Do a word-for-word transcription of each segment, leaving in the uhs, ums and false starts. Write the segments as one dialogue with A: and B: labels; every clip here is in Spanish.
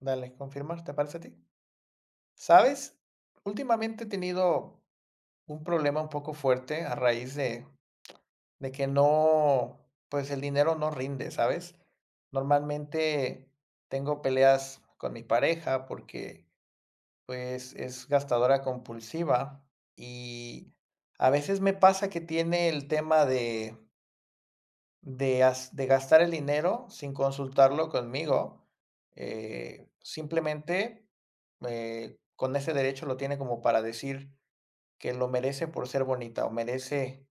A: Dale, confirmar, ¿te parece a ti? ¿Sabes? Últimamente he tenido un problema un poco fuerte a raíz de, de que no, pues el dinero no rinde, ¿sabes? Normalmente tengo peleas con mi pareja porque pues es gastadora compulsiva y a veces me pasa que tiene el tema de De as de gastar el dinero sin consultarlo conmigo, eh, simplemente, eh, con ese derecho lo tiene como para decir que lo merece por ser bonita o merece,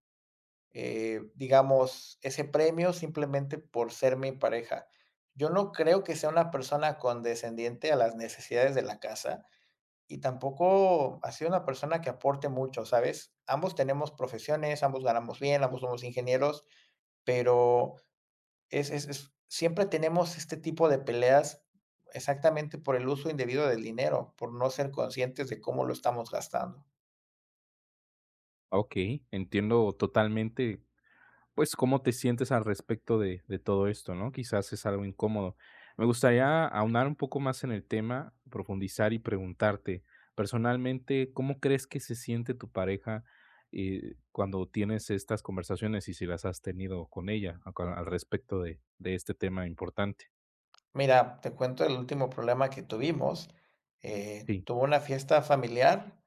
A: eh, digamos, ese premio simplemente por ser mi pareja. Yo no creo que sea una persona condescendiente a las necesidades de la casa y tampoco ha sido una persona que aporte mucho, ¿sabes? Ambos tenemos profesiones, ambos ganamos bien, ambos somos ingenieros, pero es es es siempre tenemos este tipo de peleas exactamente por el uso indebido del dinero, por no ser conscientes de cómo lo estamos gastando.
B: Okey, entiendo totalmente, pues, cómo te sientes al respecto de de todo esto, ¿no? Quizás es algo incómodo. Me gustaría aunar un poco más en el tema, profundizar y preguntarte, personalmente, ¿cómo crees que se siente tu pareja, eh, cuando tienes estas conversaciones? Y si las has tenido con ella, a cua al respecto de de este tema importante.
A: Mira, te cuento el último problema que tuvimos, eh,
B: Sí,
A: tuve una fiesta familiar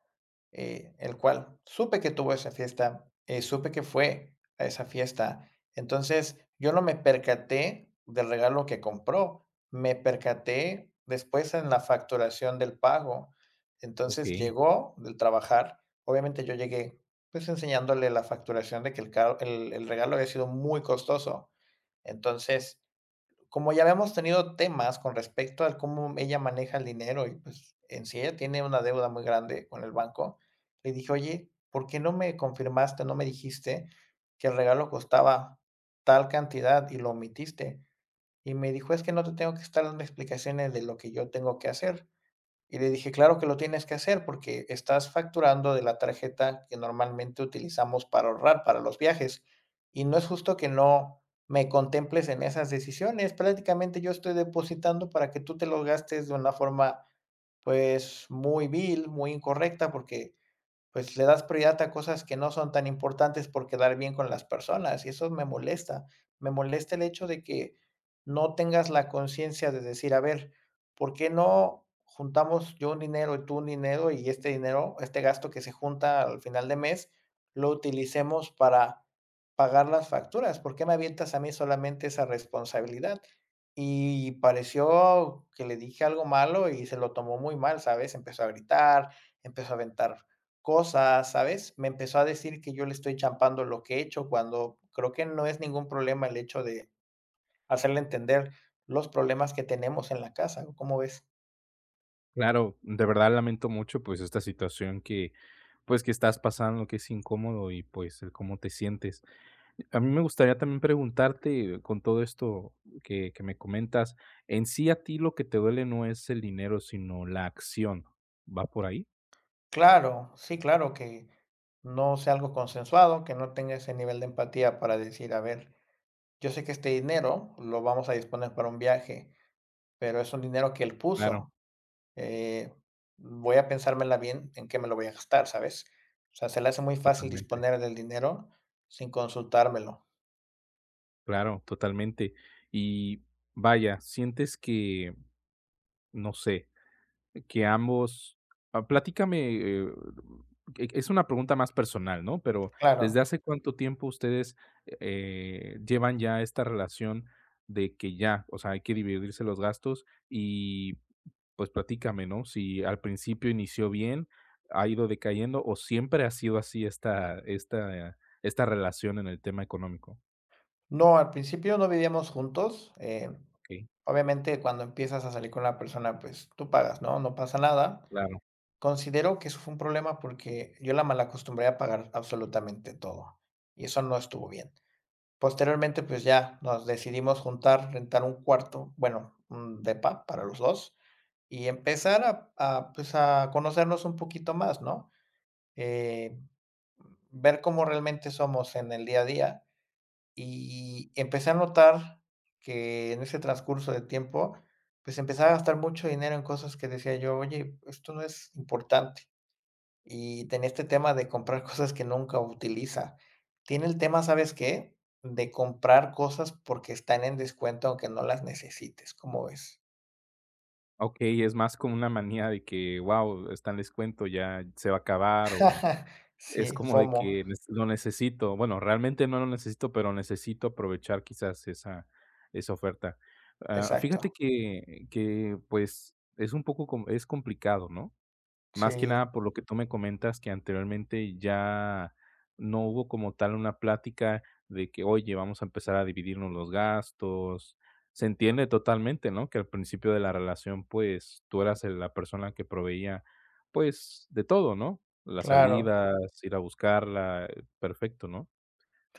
A: eh, el cual supe que tuvo esa fiesta, eh, supe que fue a esa fiesta. Entonces, yo no me percaté del regalo que compró, me percaté después en la facturación del pago. Entonces,
B: okey.
A: llegó del trabajar, obviamente yo llegué pues enseñándole la facturación de que el, ca- el, el regalo había sido muy costoso. Entonces, como ya habíamos tenido temas con respecto al cómo ella maneja el dinero y, pues, en sí ella tiene una deuda muy grande con el banco, le dije: "Oye, ¿por qué no me confirmaste, no me dijiste que el regalo costaba tal cantidad y lo omitiste?". Y me dijo: "Es que no te tengo que estar dando explicaciones de lo que yo tengo que hacer". Y le dije: "Claro que lo tienes que hacer, porque estás facturando de la tarjeta que normalmente utilizamos para ahorrar para los viajes, y no es justo que no me contemples en esas decisiones. Prácticamente yo estoy depositando para que tú te los gastes de una forma, pues, muy vil, muy incorrecta, porque pues, le das prioridad a cosas que no son tan importantes por quedar bien con las personas, y eso me molesta. Me molesta el hecho de que no tengas la conciencia de decir: 'A ver, ¿por qué no juntamos yo un dinero y tú un dinero, y este dinero, este gasto que se junta al final de mes, lo utilicemos para pagar las facturas? ¿Por qué me avientas a mí solamente esa responsabilidad?'". Y pareció que le dije algo malo y se lo tomó muy mal, ¿sabes? Empezó a gritar, empezó a aventar cosas, ¿sabes? Me empezó a decir que yo le estoy champando lo que he hecho, cuando creo que no es ningún problema el hecho de hacerle entender los problemas que tenemos en la casa, ¿cómo ves?
B: Claro, de verdad lamento mucho, pues, esta situación que, pues, que estás pasando, que es incómodo y, pues, el cómo te sientes. A mí me gustaría también preguntarte, con todo esto que que me comentas, en sí a ti lo que te duele no es el dinero, sino la acción, ¿va por ahí?
A: Claro, sí, claro, que no sea algo consensuado, que no tenga ese nivel de empatía para decir, a ver, yo sé que este dinero lo vamos a disponer para un viaje, pero es un dinero que él
B: Claro,
A: puso. eh, Voy a pensármela bien en qué me lo voy a gastar, ¿sabes? O sea, se le hace muy fácil
B: totalmente,
A: disponer del dinero sin consultármelo.
B: claro, totalmente. Y vaya, sientes que, no sé, que ambos ah, platícame, eh, e es una pregunta más personal, ¿no? Pero, ¿desde
A: Claro.
B: hace cuánto tiempo ustedes, eh, llevan ya esta relación de que ya, o sea, hay que dividirse los gastos? Y pues platícame, ¿no? Si al principio inició bien, ha ido decayendo o siempre ha sido así esta esta esta relación en el tema económico.
A: No, al principio no vivíamos juntos, eh,
B: Okey,
A: obviamente, cuando empiezas a salir con la persona, pues, tú pagas, ¿no? No pasa nada.
B: claro.
A: Considero que eso fue un problema porque yo la malacostumbré a pagar absolutamente todo, y eso no estuvo bien. Posteriormente, pues, ya nos decidimos juntar, rentar un cuarto, bueno, un depa para los dos y empezar a a, pues, a conocernos un poquito más, ¿no? Eh, Ver cómo realmente somos en el día a día. Y empecé a notar que en ese transcurso de tiempo, pues, empezaba a gastar mucho dinero en cosas que decía yo: "Oye, esto no es importante". Y tenía este tema de comprar cosas que nunca utiliza. Tiene el tema, ¿sabes qué? De comprar cosas porque están en descuento, aunque no las necesites, ¿cómo ves?
B: Okey, es más como una manía de que, guau, está en descuento, ya se va a acabar o es
A: Sí,
B: como de
A: FOMO,
B: que nes lo necesito. Bueno, realmente no lo necesito, pero necesito aprovechar quizás esa esa oferta. Ah,
A: exacto.
B: fíjate que que, pues, es un poco com es complicado, ¿no? Más que
A: Sí,
B: nada por lo que tú me comentas que anteriormente ya no hubo como tal una plática de que, oye, vamos a empezar a dividirnos los gastos. Se entiende totalmente, ¿no? Que al principio de la relación, pues tú eras el- la persona que proveía, pues, de todo, ¿no? Las
A: claro,
B: salidas, ir a buscarla, eh, perfecto, ¿no?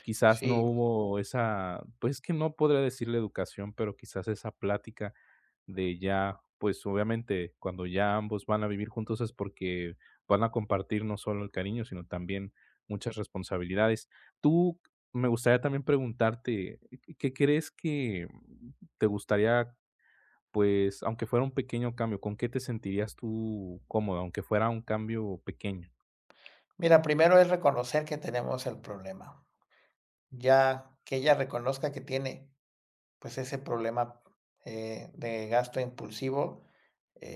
B: Quizás no
A: sí.
B: hubo esa, pues, que no podría decirle educación, pero quizás esa plática de ya, pues, obviamente, cuando ya ambos van a vivir juntos es porque van a compartir no solo el cariño, sino también muchas responsabilidades. Tú, me gustaría también preguntarte, ¿qué qué crees que te gustaría, pues, aunque fuera un pequeño cambio, con qué te sentirías tú cómoda, aunque fuera un cambio pequeño?
A: Mira, primero es reconocer que tenemos el problema. Ya que ella reconozca que tiene pues ese problema, eh, de gasto impulsivo,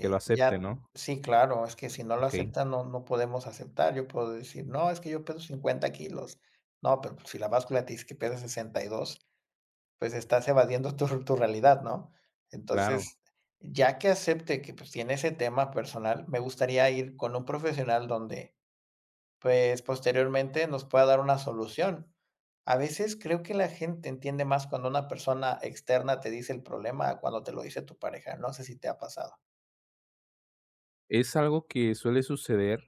B: Que lo
A: ya
B: acepte, ¿no?
A: sí, claro, es que si no lo
B: Okey,
A: aceptan, no no podemos aceptar. Yo puedo decir: "No, es que yo peso cincuenta kilos". No, pero pues, si la báscula te dice que pesas dos, pues estás evadiendo tu tu realidad, ¿no?
B: claro.
A: Entonces, ya que acepte que, pues, tiene ese tema personal, me gustaría ir con un profesional donde pues, posteriormente nos pueda dar una solución. A veces creo que la gente entiende más cuando una persona externa te dice el problema a cuando te lo dice tu pareja. No sé si te ha pasado.
B: Es algo que suele suceder,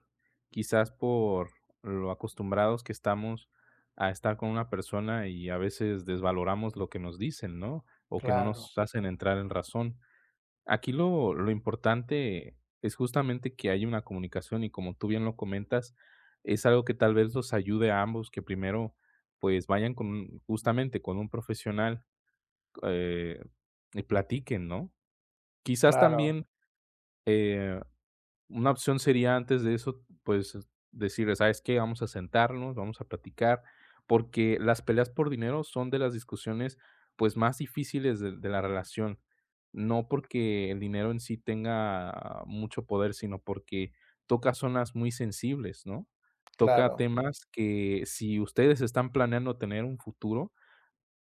B: quizás por lo acostumbrados que estamos a estar con una persona y a veces desvaloramos lo que nos dicen, ¿no? O que no
A: Claro,
B: nos hacen entrar en razón. Aquí lo, lo importante es justamente que haya una comunicación y como tú bien lo comentas, es algo que tal vez los ayude a ambos que primero pues vayan con un- justamente con un profesional eh, y platiquen, ¿no? Quizás
A: claro,
B: también, eh, una opción sería antes de eso, pues, decirles: "¿Sabes qué? Vamos a sentarnos, vamos a platicar", porque las peleas por dinero son de las discusiones, pues, más difíciles de de la relación. No porque el dinero en sí tenga mucho poder, sino porque toca zonas muy sensibles, ¿no? Toca
A: claro,
B: temas que si ustedes están planeando tener un futuro,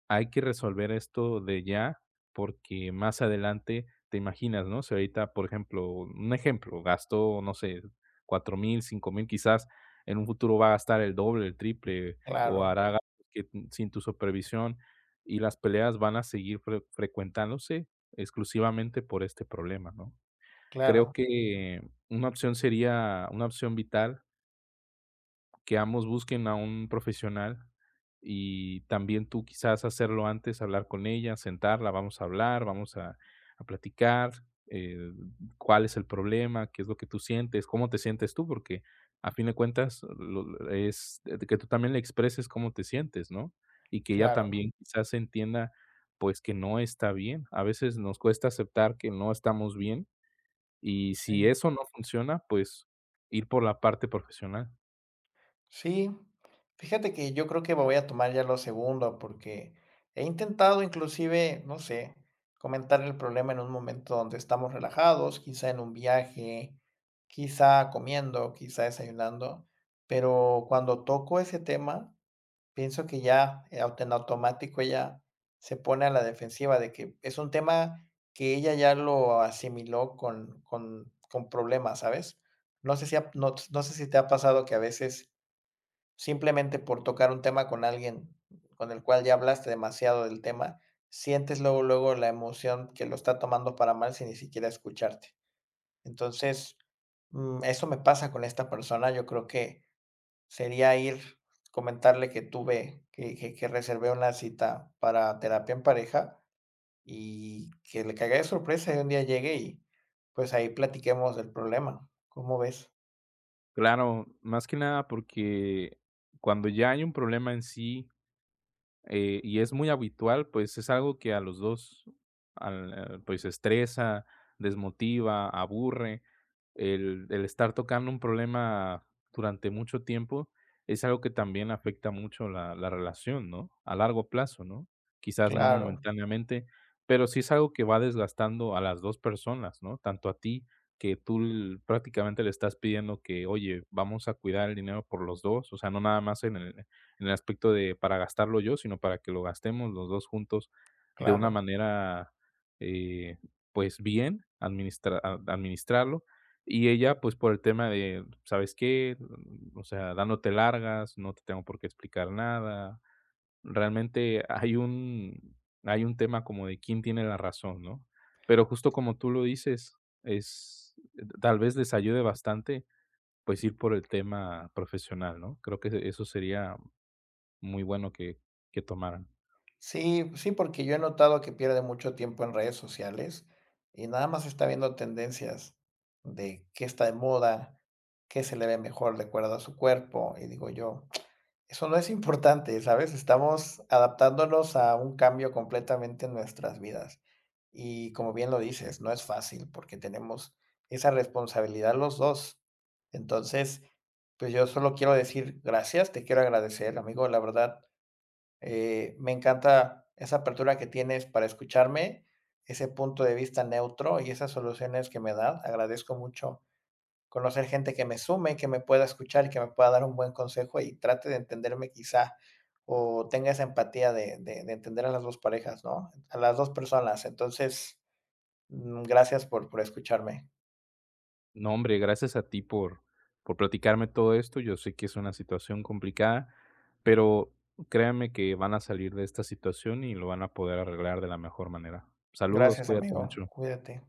B: hay que resolver esto de ya, porque más adelante te imaginas, ¿no? Si ahorita, por ejemplo, un ejemplo, gastó, no sé, cuatro mil, cinco mil, quizás en un futuro va a gastar el doble, el triple, o
A: claro,
B: hará gastos que n- sin tu supervisión, y las peleas van a seguir fre frecuentándose exclusivamente por este problema, ¿no? Creo
A: claro,
B: que una opción sería una opción vital que ambos busquen a un profesional y también tú quizás hacerlo antes, hablar con ella, sentarla, vamos a hablar, vamos a, a platicar, eh, cuál es el problema, qué es lo que tú sientes, cómo te sientes tú, porque a fin de cuentas lo- es de que tú también le expreses cómo te sientes, ¿no? Y que ella
A: claro,
B: también quizás entienda pues que no está bien. A veces nos cuesta aceptar que no estamos bien y si
A: sí.
B: eso no funciona, pues ir por la parte profesional.
A: Sí, fíjate que yo creo que me voy a tomar ya lo segundo, porque he intentado inclusive, no sé, comentar el problema en un momento donde estamos relajados, quizá en un viaje, quizá comiendo, quizá desayunando, pero cuando toco ese tema, pienso que ya eh, aut- en automático ella se pone a la defensiva de que es un tema que ella ya lo asimiló con, con, con problemas, ¿sabes? No sé si, ha- no no sé si te ha pasado que a veces simplemente por tocar un tema con alguien con el cual ya hablaste demasiado del tema, sientes luego, luego la emoción que lo está tomando para mal sin ni siquiera escucharte. Entonces, mm, eso me pasa con esta persona. Yo creo que sería ir, comentarle que tuve, que, que, que reservé una cita para terapia en pareja y que le caiga de sorpresa y un día llegue y pues ahí platiquemos del problema. ¿Cómo ves?
B: Claro, más que nada porque cuando ya hay un problema en sí, eh, y es muy habitual, pues, es algo que a los dos al al, pues, estresa, desmotiva, aburre. El el estar tocando un problema durante mucho tiempo es algo que también afecta mucho la la relación, ¿no? A largo plazo, ¿no? Quizás no
A: Claro,
B: momentáneamente, pero sí es algo que va desgastando a las dos personas, ¿no? Tanto a ti, que tú l prácticamente le estás pidiendo que: "Oye, vamos a cuidar el dinero por los dos, o sea, no nada más en el en el aspecto de para gastarlo yo, sino para que lo gastemos los dos juntos de una
A: claro.
B: manera, eh, pues, bien, administra a administrarlo. Y ella, pues, por el tema de, ¿sabes qué? O sea, dándote largas, no te tengo por qué explicar nada. Realmente hay un hay un tema como de quién tiene la razón, ¿no? Pero justo como tú lo dices, es tal vez les ayude bastante, pues, ir por el tema profesional, ¿no? Creo que eso sería muy bueno que que tomaran.
A: Sí, pues sí, porque yo he notado que pierde mucho tiempo en redes sociales y nada más está viendo tendencias de qué está de moda, qué se le ve mejor de acuerdo a su cuerpo. Y digo yo, eso no es importante, ¿sabes? Estamos adaptándonos a un cambio completamente en nuestras vidas. Y como bien lo dices, no es fácil porque tenemos esa responsabilidad los dos. Entonces, pues yo solo quiero decir gracias, te quiero agradecer, amigo, la verdad. Eh, me encanta esa apertura que tienes para escucharme, ese punto de vista neutro y esas soluciones que me das. Agradezco mucho conocer gente que me sume, que me pueda escuchar y que me pueda dar un buen consejo y trate de entenderme quizá o tenga esa empatía de, de- de entender a las dos parejas, ¿no? A las dos personas. Entonces, mm, gracias por, por escucharme.
B: No, hombre, gracias a ti por por platicarme todo esto. Yo sé que es una situación complicada, pero créanme que van a salir de esta situación y lo van a poder arreglar de la mejor manera. Saludos,
A: Gracias,
B: cuídate
A: amigo.
B: mucho.
A: Cuídate.